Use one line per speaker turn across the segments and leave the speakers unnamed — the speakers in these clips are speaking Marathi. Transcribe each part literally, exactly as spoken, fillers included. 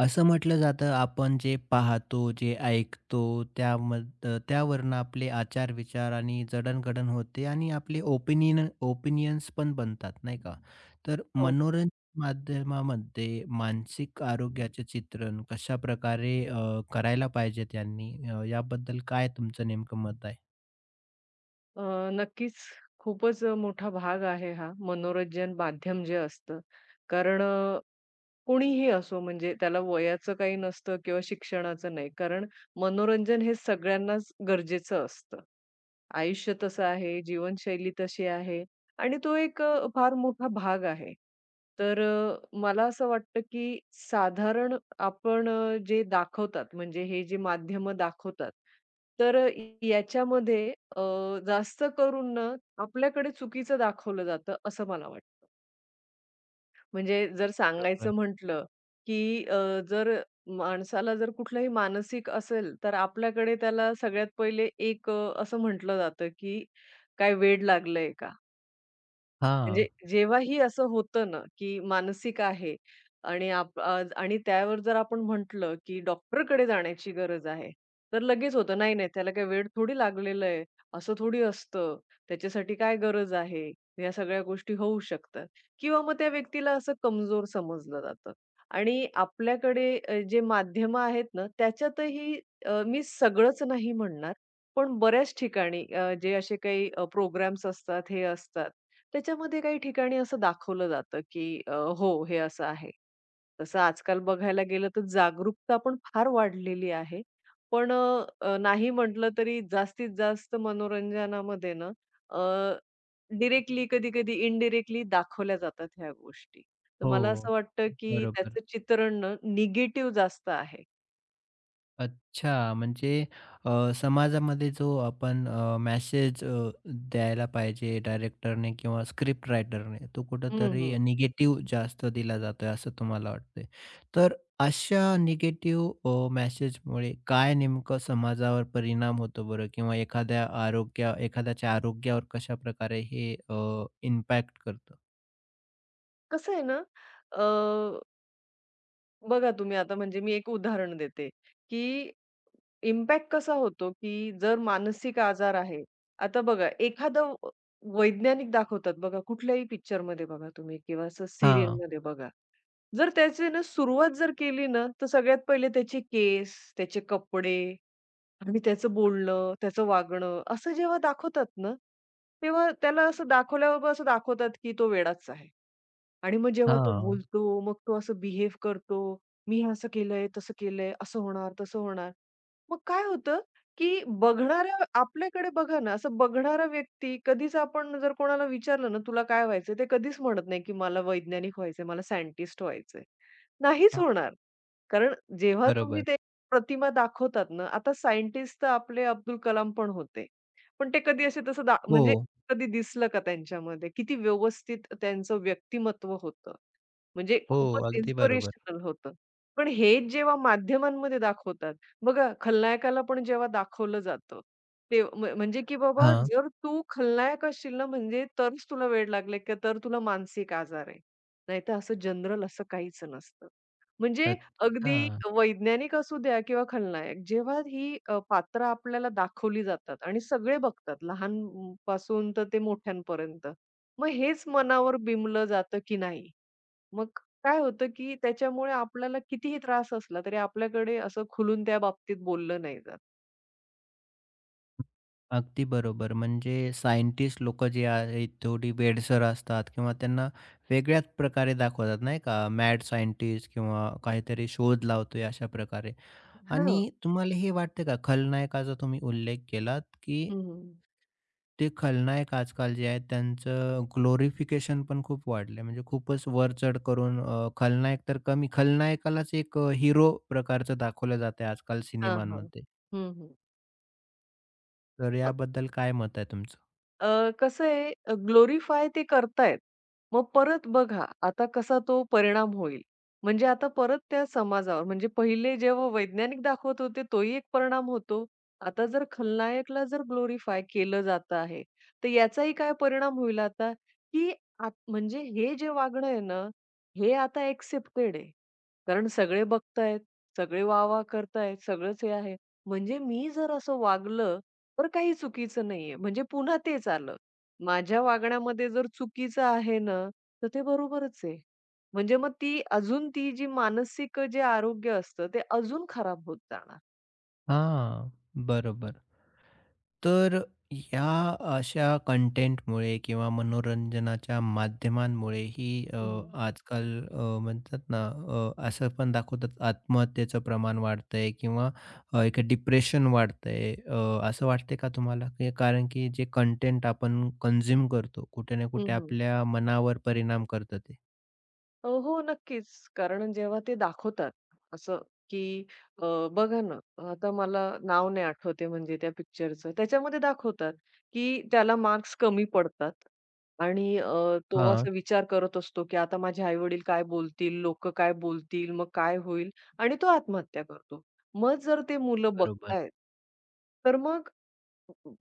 असं म्हटलं जातं, आपण जे पाहतो, जे ऐकतो, त्यामध त्यावरनं आपले आचार-विचार आणि जडणघडण होते आणि आपले ओपिनियन ओपिनियन्स पण बनतात, नाही का? तर
हो.
मनोरंजन माध्यमामध्ये मानसिक आरोग्याचे चित्रण कशाप्रकारे अ, करायला पाहिजे त्यांनी अ, याबद्दल काय तुमचं नेमकं मत आहे?
अ, नक्कीच खूपच मोठा भाग आहे हा मनोरंजन माध्यम जे असतं. कारण अ, कोणीही असो म्हणजे त्याला वयाचं काही नसतं किंवा शिक्षणाचं नाही. कारण मनोरंजन हे सगळ्यांनाच गरजेचं असतं. आयुष्य तसं आहे, जीवनशैली तशी आहे आणि तो एक अ, फार मोठा भाग आहे. तर अ, मला असं वाटतं, की साधारण आपण अ, जे दाखवतात म्हणजे हे जे माध्यमं दाखवतात, तर अ, याच्यामध्ये अ, जास्त करून ना आपल्याकडे चुकीचं दाखवलं जातं असं मला वाटतं. म्हणजे जर सांगायचं
बरोबर.
म्हटलं, की अ, जर माणसाला जर कुठलाही मानसिक असेल, तर आपल्याकडे त्याला सगळ्यात पहिले एक अ, असं म्हटलं जातं, की "काय वेड लागलंय का?" म्हणजे
हां.
जेव्हाही असं होतं ना, की मानसिक आहे आणि आप अ, आणि त्यावर जर आपण म्हटलं, की डॉक्टरकडे जाण्याची गरज आहे, तर लगेच होतं, "नाही, नाही, त्याला काही वेड थोडी लागलेलं आहे, असं थोडी असतं, त्याच्यासाठी काय गरज आहे?" या सगळ्या गोष्टी होऊ शकतात किंवा मग त्या व्यक्तीला असं कमजोर समजलं जातं आणि आपल्याकडे अ, जे माध्यमं आहेत ना, त्याच्यातही अ, मी सगळंच नाही म्हणणार, पण बऱ्याच ठिकाणी अ, जे असे काही प्रोग्राम्स असतात, हे असतात, त्याच्यामध्ये काही ठिकाणी असं दाखवलं जातं, की अ, हो, हे असं आहे. तसं आजकाल बघायला गेलं तर जागरूकता पण फार वाढलेली आहे. पण अ, अ, नाही म्हटलं तरी जास्तीत जास्त मनोरंजनामध्ये ना अ, डायरेक्टली कधी-कधी इनडायरेक्टली दाखवल्या जातात ह्या गोष्टी. तर मला असं
हो.
वाटतं, की
बरोबर.
त्याचं चित्रण निगेटिव्ह जास्त आहे.
अच्छा, म्हणजे अ, समाजामध्ये जो आपण अ, मेसेज अ, द्यायला पाहिजे डायरेक्टरने किंवा स्क्रिप्ट रायटरने, तो
हं,
कुठेतरी
हं.
निगेटिव्ह जास्त दिला जातोय असं तुम्हाला वाटतंय. तर अशा निगेटिव्ह अ, मेसेजमुळे काय नेमकं समाजावर परिणाम होतो बरं? किंवा एखाद्या आरोग्य एखाद्याच्या आरोग्यावर कशाप्रकारे हे इम्पॅक्ट करतं?
कसं आहे ना, अ, बघा तुम्ही आता म्हणजे मी एक उदाहरण देते, की इम्पॅक्ट कसा होतो, की जर मानसिक आजार आहे. आता बघा एखादं अ, वैज्ञानिक दाखवतात बघा कुठल्याही पिक्चरमध्ये बघा तुम्ही किंवा असं
हां,
सीरियलमध्ये बघा. जर त्याची ना सुरुवात जर केली ना, तर सगळ्यात पहिले त्याचे केस, त्याचे कपडे आणि त्याचं बोलणं, त्याचं वागणं असं जेव्हा दाखवतात ना, तेव्हा त्याला असं दाखवल्याबरोबर असं दाखवतात, की तो वेडाच आहे. आणि मग जेव्हा तो
हां,
बोलतो, मग तो असं बिहेव्ह करतो, "मी हे असं केलंय, तसं केलंय, असं होणार, तसं होणार." मग काय होतं, की बघणाऱ्या आपल्याकडे बघा ना, असं बघणारा व्यक्ती कधीच आपण जर कोणाला विचारलं ना, "तुला काय व्हायचंय?" ते कधीच म्हणत नाही, की "मला वैज्ञानिक व्हायचंय, मला सायंटिस्ट व्हायचंय." नाहीच
हां,
होणार. कारण जेव्हा तुम्ही
बरोबर.
ते प्रतिमा दाखवतात ना, आता सायंटिस्ट तर आपले अब्दुल कलाम पण होते. पण ते कधी असे तसं दा म्हणजे
हो,
कधी दिसलं का त्यांच्यामध्ये? किती व्यवस्थित त्यांचं व्यक्तिमत्व होतं. म्हणजे
हो,
खूपच
अगदी बरोबर.
इन्स्पिरेशनल होतं. पण हे जेव्हा माध्यमांमध्ये दाखवतात, बघा खलनायकाला पण जेव्हा दाखवलं जातं, ते म्ह म्हणजे की बाबा
हां,
जर तू खलनायक असशील ना, म्हणजे तरच तुला वेड लागलंय, तर तुला मानसिक आजार आहे. नाहीतर असं जनरल असं काहीच नसतं. म्हणजे
अच्छा.
अगदी वैज्ञानिक असू द्या किंवा खलनायक. जेव्हा ही अ, पात्र आपल्याला दाखवली जातात आणि सगळे बघतात लहान पासून तर ते मोठ्यांपर्यंत. मग हेच मनावर बिंबलं जातं की नाही. मग काय होतं की त्याच्यामुळे आपल्याला कितीही त्रास असला तरी आपल्याकडे असं खुलून त्या बाबतीत बोललं नाही जात.
अगदी बरोबर. म्हणजे सायंटिस्ट लोकं जे आहेत थोडी वेडसर असतात किंवा त्यांना वेगळ्याच प्रकारे दाखवतात नाही का, मॅड सायंटिस्ट किंवा काहीतरी शोध लावतोय अशा प्रकारे.
हां.
आणि तुम्हाला हे वाटतं का खलनायकाचा तुम्ही उल्लेख केलात, की
हं, हं.
ते खलनायक आजकाल जे आहेत त्यांचं ग्लोरिफिकेशन पण खूप वाढलंय. म्हणजे खूपच वरचढ करून अ, खलनायक तर कमी खलनायकालाच एक अ, प्रकारचं दाखवलं जातंय आजकाल
हां, हां.
सिनेमांमध्ये.
हं,
तर याबद्दल काय मत आहे तुमचं?
अ, कसं आहे अ, ग्लोरिफाय ते करतायत. मग परत बघा आता कसा तो परिणाम होईल. म्हणजे आता परत त्या समाजावर म्हणजे पहिले जेव्हा वैज्ञानिक दाखवत होते तोही एक परिणाम होतो. आता जर खलनायकला जर ग्लोरिफाय केलं जात आहे, तर याचाही काय परिणाम होईल आता, की आत म्हणजे हे जे वागणं आहे ना, हे आता ॲक्सेप्टेड आहे. कारण सगळे बघतायत, सगळे वाह-वाह करतायत, सगळंच हे आहे. म्हणजे मी जर असं वागलं तर काही चुकीचं नाहीये. म्हणजे पुन्हा तेच आलं. माझ्या वागण्यामध्ये जर चुकीचं आहे ना, तर ते बरोबरच आहे. म्हणजे मग ती अजून ती जी मानसिक जे आरोग्य असतं, ते अजून खराब होत जाणार.
हां, बरोबर. तर ह्या अशा कंटेंटमुळे किंवा मनोरंजनाच्या माध्यमांमुळे ही अ,
हं, हं.
आजकाल अ, म्हणतात ना अ, असं पण दाखवतात आत्महत्येचं प्रमाण वाढतंय किंवा अ, एक डिप्रेशन वाढतंय. अ, असं वाटतंय का तुम्हाला? की कारण की जे कंटेंट आपण कन्झ्युम करतो, कुठे ना कुठे आपल्या मनावर परिणाम करतं ते.
अ, हो, नक्कीच. कारण जेव्हा ते दाखवतात असं, की अ, बघा ना, आता मला नाव नाही आठवत म्हणजे त्या पिक्चरचं. त्याच्यामध्ये दाखवतात, की त्याला मार्क्स कमी पडतात आणि अ, तो
हां,
असा विचार करत असतो, की आता माझे आई-वडील काय बोलतील? लोकं काय बोलतील? मग काय होईल? आणि तो आत्महत्या करतो. मग जर ते मुलं
बरोबर.
बघतायत, तर मग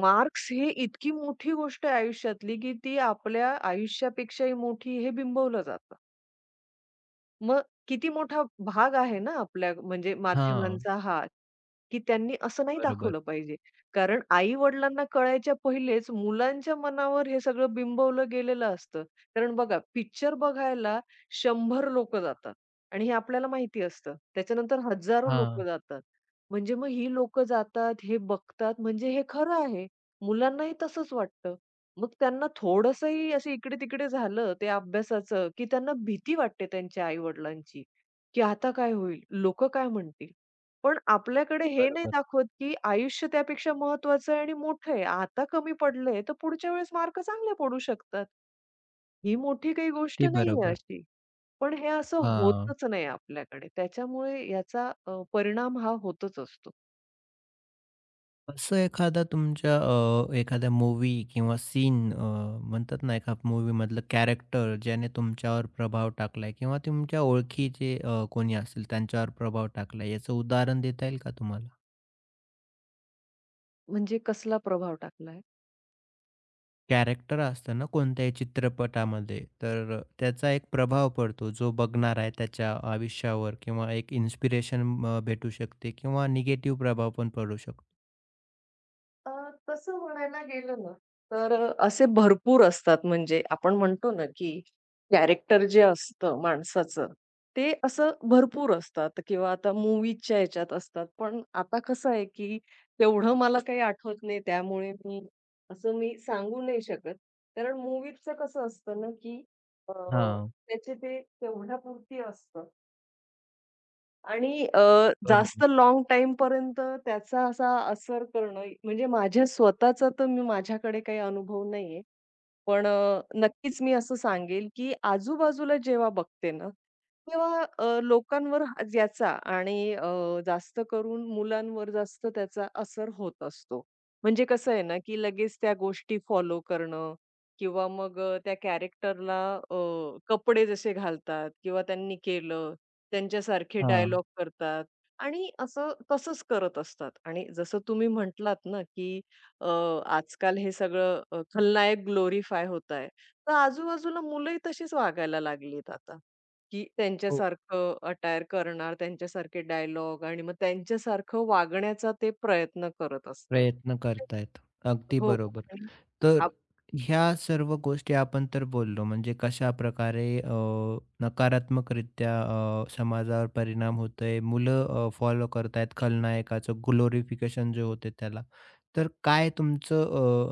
मार्क्स ही इतकी मोठी गोष्ट आहे आयुष्यातली, की ती आपल्या आयुष्यापेक्षाही मोठी हे बिंबवलं जातं. मग किती मोठा भाग आहे ना आपल्या म्हणजे
हां,
माध्यमांचा हा, की त्यांनी असं नाही
बरोबर.
दाखवलं पाहिजे. कारण आई-वडिलांना कळायच्या पहिलेच मुलांच्या मनावर हे सगळं बिंबवलं गेलेलं असतं. कारण बघा पिक्चर बघायला शंभर लोक जातात आणि हे आपल्याला माहिती असतं. त्याच्यानंतर हजारो
हां,
लोकं जातात. म्हणजे मग ही लोकं जातात, हे बघतात म्हणजे हे खरं आहे. मुलांनाही तसंच वाटतं. मग त्यांना थोडंसंही असं इकडे-तिकडे झालं ते अभ्यासाचं, की त्यांना भीती वाटते त्यांच्या आई-वडिलांची, की आता काय होईल? लोकं काय म्हणतील? पण आपल्याकडे हे नाही
बरोबर.
दाखवत, की आयुष्य त्यापेक्षा महत्त्वाचं आहे आणि मोठं आहे. आता कमी पडले, तर पुढच्या वेळेस मार्क चांगले पडू शकतात. ही मोठी काही गोष्ट
ते
नाहीये
बरोबर.
अशी. पण हे असं
हां.
होतच नाही आपल्याकडे. त्याच्यामुळे याचा अ, परिणाम हा होतच असतो.
असं एखादा तुमच्या अ, एखाद्या मूव्ही किंवा सीन अ, म्हणतात ना एका मूव्हीमधलं कॅरेक्टर ज्याने तुमच्यावर प्रभाव टाकलाय किंवा तुमच्या ओळखीचे अ, कोणी असेल त्यांच्यावर प्रभाव टाकलाय याचं उदाहरण देता येईल का तुम्हाला?
म्हणजे कसला प्रभाव टाकलाय?
कॅरेक्टर असतं ना कोणत्याही चित्रपटामध्ये तर त्याचा एक प्रभाव पडतो जो बघणार आहे त्याच्या आयुष्यावर किंवा एक इन्स्पिरेशन अ, भेटू शकते किंवा निगेटिव्ह प्रभाव पण पडू शकतो.
अ, तसं म्हणायला गेलं ना, तर अ, असे भरपूर असतात म्हणजे आपण म्हणतो ना, की कॅरेक्टर जे असतं माणसाचं, ते असं भरपूर असतात किंवा आता मूव्हीजच्या ह्याच्यात असतात. पण आता कसं आहे, की तेवढं मला काही आठवत नाही त्यामुळे मी असं मी सांगू नाही शकत. कारण मूव्हीजचं कसं असतं ना, की अ,
हां,
त्याचे ते तेवढ्यापुरती असतं. आणि अ, जास्त
बरोबर.
लॉन्ग टाइम टाईमपर्यंत त्याचा असा असर करणं म्हणजे माझ्या स्वतःचा तर मी माझ्याकडे काही अनुभव नाहीये. पण अ, नक्कीच मी असं सांगेल, की आजूबाजूला जेव्हा बघते ना, तेव्हा अ, लोकांवर हा याचा आणि अ, जास्त करून मुलांवर जास्त त्याचा असर होत असतो. म्हणजे कसं आहे ना, की लगेच त्या गोष्टी फॉलो करणं किंवा मग अ, त्या कॅरेक्टरला अ, कपडे जसे घालतात किंवा त्यांनी केलं, त्यांच्यासारखे
हां.
डायलॉग करतात आणि असं तसंच करत असतात. आणि जसं तुम्ही म्हटलात ना, की अ, आजकाल हे सगळं अ, खलनायक ग्लोरीफाय होत आहे. तर आजूबाजूला मुलंही तशीच वागायला लागलीत आता, की
हो,
त्यांच्यासारखं अटायर करणार, त्यांच्यासारखे डायलॉग आणि मग त्यांच्यासारखं वागण्याचा ते प्रयत्न करत असतात.
प्रयत्न करतायत. अगदी
हो
बरोबर.
आणि
तर
आप
ह्या सर्व गोष्टी आपण तर बोललो म्हणजे कशाप्रकारे अ, नकारात्मकरित्या अ, समाजावर परिणाम होतोय. मुलं फॉलो करतायत खलनायकाचं ग्लोरिफिकेशन जे होते त्याला. तर काय तुमचं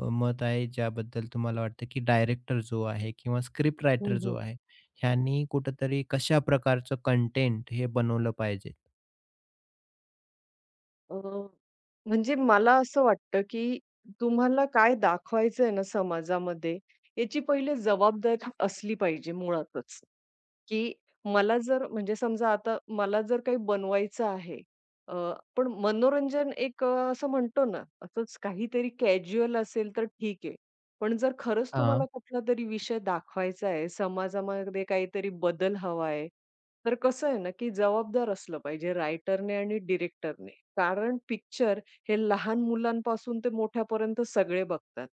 अ, मत आहे ज्याबद्दल तुम्हाला वाटतं की डायरेक्टर जो आहे किंवा स्क्रिप्ट
हं,
रायटर जो
हं.
आहे, ह्यांनी कुठेतरी कशा प्रकारचं कंटेंट हे बनवलं पाहिजे?
अ, म्हणजे मला असं वाटतं, की तुम्हाला काय दाखवायचंय ना समाजामध्ये, याची पहिले जबाबदारी असली पाहिजे मुळातच. की मला जर म्हणजे समजा आता मला जर काही बनवायचं आहे, अ, पण मनोरंजन एक अ, असं म्हणतो ना, असंच काहीतरी कॅज्युअल असेल तर ठीक आहे. पण जर खरंच
हां,
तुम्हाला कुठला तरी विषय दाखवायचा आहे, समाजामध्ये काहीतरी बदल हवा आहे, तर कसं आहे ना, की जबाबदार असलं पाहिजे रायटरने आणि डिरेक्टरने. कारण पिक्चर हे लहान मुलांपासून ते मोठ्यापर्यंत सगळे बघतात.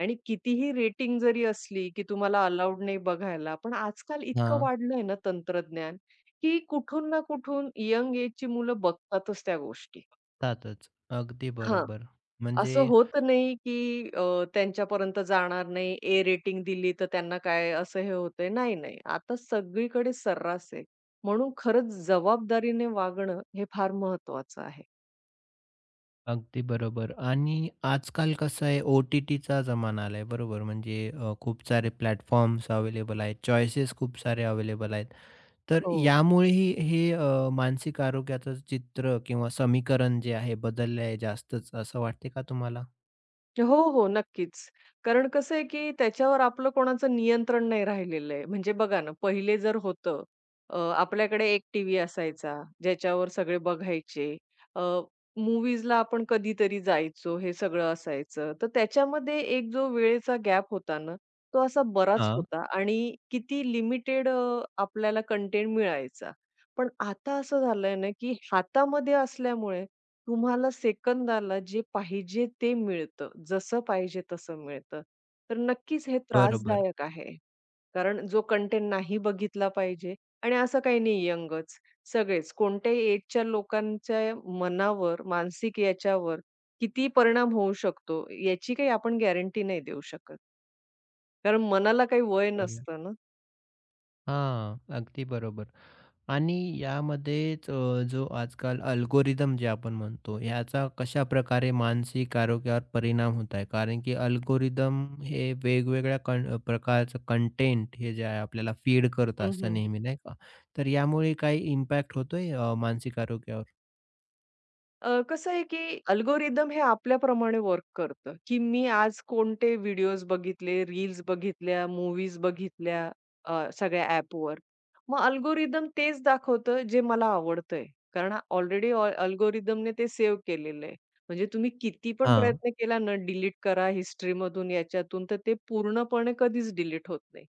आणि कितीही रेटिंग जरी असली, की तुम्हाला अलाउड नाही बघायला. पण आजकाल इतकं
हां.
वाढलंय ना तंत्रज्ञान, की कुठून ना कुठून यंग एजची मुलं बघतातच त्या गोष्टी.
त्यातच. अगदी
हां.
बरोबर. म्हणजे
असं होत नाही, की अ, त्यांच्यापर्यंत जाणार नाही. ए रेटिंग दिली तर त्यांना काय असं हे होतंय. नाही, नाही. आता सगळीकडे सर्रास आहे. म्हणून खरंच जबाबदारीने वागणं हे फार महत्वाचं आहे.
अगदी बरोबर आणि आजकाल कसं आहे, ओ-टी-टीचा जमाना आलाय बरोबर. म्हणजे अ, खूप सारे प्लॅटफॉर्म्स अवेलेबल आहेत, चॉईसेस खूप सारे अवेलेबल आहेत. तर
हो.
यामुळेही हे अ, मानसिक आरोग्याचं चित्र किंवा समीकरण जे आहे बदललं आहे जास्तच, असं वाटते का तुम्हाला?
हो, हो. नक्कीच. कारण कसं आहे, की त्याच्यावर आपलं कोणाचं नियंत्रण नाही राहिलेलं आहे. म्हणजे बघा ना, पहिले जर होतं, अ, आपल्याकडे एक टीव्ही असायचा, ज्याच्यावर सगळे बघायचे. अ, मूव्हीजला आपण कधीतरी जायचो, हे सगळं असायचं. तर त्याच्यामध्ये एक जो वेळेचा गॅप होता ना, तो असा बराच
हां,
होता आणि किती लिमिटेड आपल्याला कंटेंट मिळायचा. पण आता असं झालंय ना, की हातामध्ये असल्यामुळे तुम्हाला सेकंदाला जे पाहिजे ते मिळतं. जसं पाहिजे तसं मिळतं. तर नक्कीच हे
बरोबर.
त्रासदायक आहे. कारण जो कंटेंट नाही बघितला पाहिजे आणि असं काही नाही यंगच. सगळेच कोणत्याही एजच्या लोकांच्या मनावर, मानसिक याच्यावर किती परिणाम होऊ शकतो याची काही आपण गॅरंटी नाही देऊ शकत. कारण मनाला काही वय
बरं.
नसतं ना.
हां, अगदी बरोबर. आणि यामध्येच अ, जो आजकाल अल्गोरिदम जे आपण म्हणतो, ह्याचा कशाप्रकारे मानसिक आरोग्यावर परिणाम होत आहे? कारण की अल्गोरिदम हे वेगवेगळ्या कं अ, प्रकारचं कंटेंट हे जे आहे आपल्याला फीड करत असतं नेहमी, नाही का? तर यामुळे काही इम्पॅक्ट होतोय अ, मानसिक आरोग्यावर?
अ, कसं आहे, की अल्गोरिदम हे आपल्याप्रमाणे वर्क करतं, की मी आज कोणते व्हिडिओज बघितले, रील्स बघितल्या, मूव्हीज बघितल्या अ, सगळ्या ॲपवर. मग अल्गोरिदम तेच दाखवतं जे मला आवडतंय. कारण ऑलरेडी ऑ अल्गोरिदमने ते सेव्ह केलेलं आहे. म्हणजे तुम्ही किती पण
हां,
प्रयत्न केला ना, डिलीट करा हिस्ट्रीमधून, याच्यातून, तर ते पूर्णपणे कधीच डिलीट होत नाही.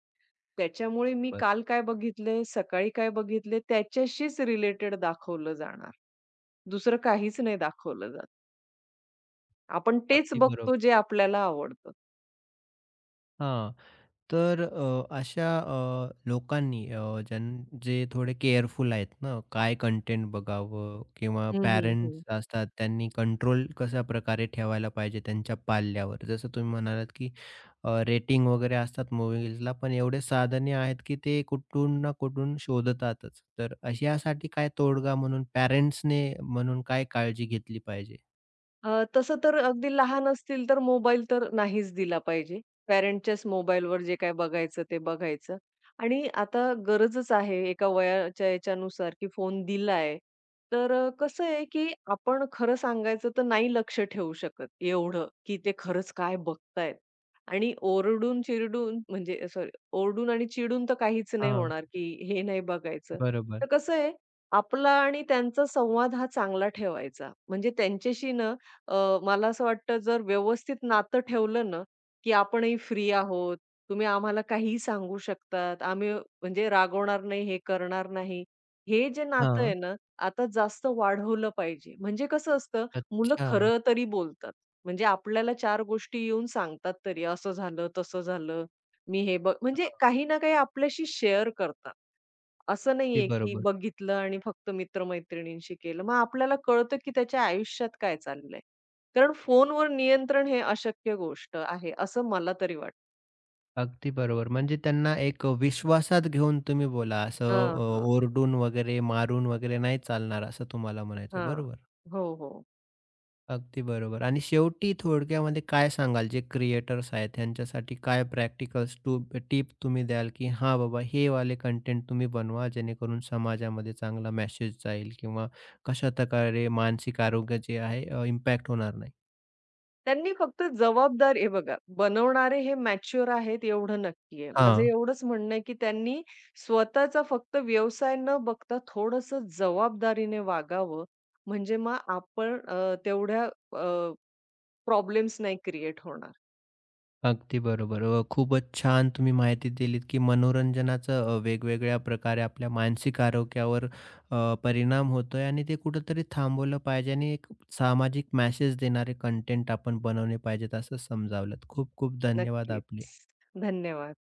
त्याच्यामुळे मी
बरं.
काल काय बघितले, सकाळी काय बघितले त्याच्याशीच रिलेटेड दाखवलं जाणार. दुसरं काहीच नाही दाखवलं जात. आपण तेच
अगदी
बघतो
बरोबर.
जे आपल्याला आवडतं.
हां. तर अ, अशा अ, लोकांनी अ, ज्यां जे थोडे केअरफुल आहेत ना, काय कंटेंट बघावं किंवा
हं, हं, हं.
पॅरेंट्स असतात त्यांनी कंट्रोल कशा प्रकारे ठेवायला पाहिजे त्यांच्या पाल्यावर. जसं तुम्ही म्हणालात, की रेटिंग वगैरे असतात मूव्हीजला, पण एवढे साधने आहेत, की ते कुठून ना कुठून शोधतातच. तर अशासाठी काय तोडगा म्हणून पॅरेंट्सने म्हणून काय काळजी घेतली पाहिजे?
अ, तसं तर अगदी लहान असतील तर मोबाईल तर नाहीच दिला पाहिजे. पॅरेंटच्याच मोबाईलवर जे काही बघायचं ते बघायचं. आणि आता गरजच आहे एका वयाच्या याच्यानुसार, की फोन दिलाय. तर अ, कसं आहे, की आपण खरं सांगायचं तर नाही लक्ष ठेवू शकत एवढं, की ते खरंच काय बघतायत. आणि ओरडून चिरडून म्हणजे सॉरी ओरडून आणि चिडून तर काहीच नाही
हां,
होणार, की हे नाही बघायचं.
बरोबर.
तर कसं आहे, आपला आणि त्यांचा संवाद हा चांगला ठेवायचा. म्हणजे त्यांच्याशी ना अ, मला असं वाटतं जर व्यवस्थित नातं ठेवलं ना, की आपणही फ्री आहोत. तुम्ही आम्हाला काहीही सांगू शकतात. आम्ही म्हणजे रागवणार नाही, हे करणार नाही. हे जे नातं
हां,
आहे ना, आता जास्त वाढवलं पाहिजे. म्हणजे कसं असतं, मुलं
अच्छा.
खरं तरी बोलतात. म्हणजे आपल्याला चार गोष्टी येऊन सांगतात तरी, असं झालं, तसं झालं, मी हे बघ म्हणजे
हां.
काही ना काही आपल्याशी शेअर करतात. असं
ते
नाहीये, की
बरोबर.
बघितलं आणि फक्त मित्र-मैत्रिणींशी केलं. मग आपल्याला कळतं, की त्याच्या आयुष्यात काय चाललंय. कारण फोनवर नियंत्रण हे अशक्य गोष्ट आहे, असं मला तरी वाटतं.
अगदी बरोबर. म्हणजे त्यांना एक विश्वासात घेऊन तुम्ही बोला. असं
हां,
अ,
हां,
ओरडून वगैरे, मारून वगैरे नाही चालणार असं तुम्हाला म्हणायचं आहे.
हां.
बरोबर.
हो, हो.
अगदी बरोबर. आणि शेवटी थोडक्यामध्ये काय सांगाल जे क्रिएटर्स आहेत त्यांच्यासाठी काय प्रॅक्टिकल्स टू टिप तुम्ही द्याल, की हां बाबा हे वाले कंटेंट तुम्ही बनवा जेणेकरून समाजामध्ये चांगला मेसेज जाईल किंवा कशा प्रकारे मानसिक आरोग्य जे आहे इम्पॅक्ट होणार नाही?
त्यांनी फक्त जबाबदार हे बघा, बनवणारे हे मॅच्युअर आहेत एवढं नक्की आहे. माझं
हां.
एवढंच म्हणणं आहे, की त्यांनी स्वतःचा फक्त व्यवसाय न बघता थोडंसं जबाबदारीने वागावं, म्हणजे मग आपण अ, तेवढ्या प्रॉब्लेम्स नाही क्रिएट होणार.
अगदी बरोबर. अ, खूपच छान तुम्ही माहिती दिलीत, की मनोरंजनाचं अ, वेगवेगळ्या प्रकारे आपल्या मानसिक आरोग्यावर अ, परिणाम होतोय आणि ते कुठेतरी थांबवलं पाहिजे आणि एक सामाजिक मेसेज देणारे कंटेंट आपण बनवले पाहिजेत असं समजावलंत. खूप खूप धन्यवाद
नक्कीच.
आपले.
धन्यवाद.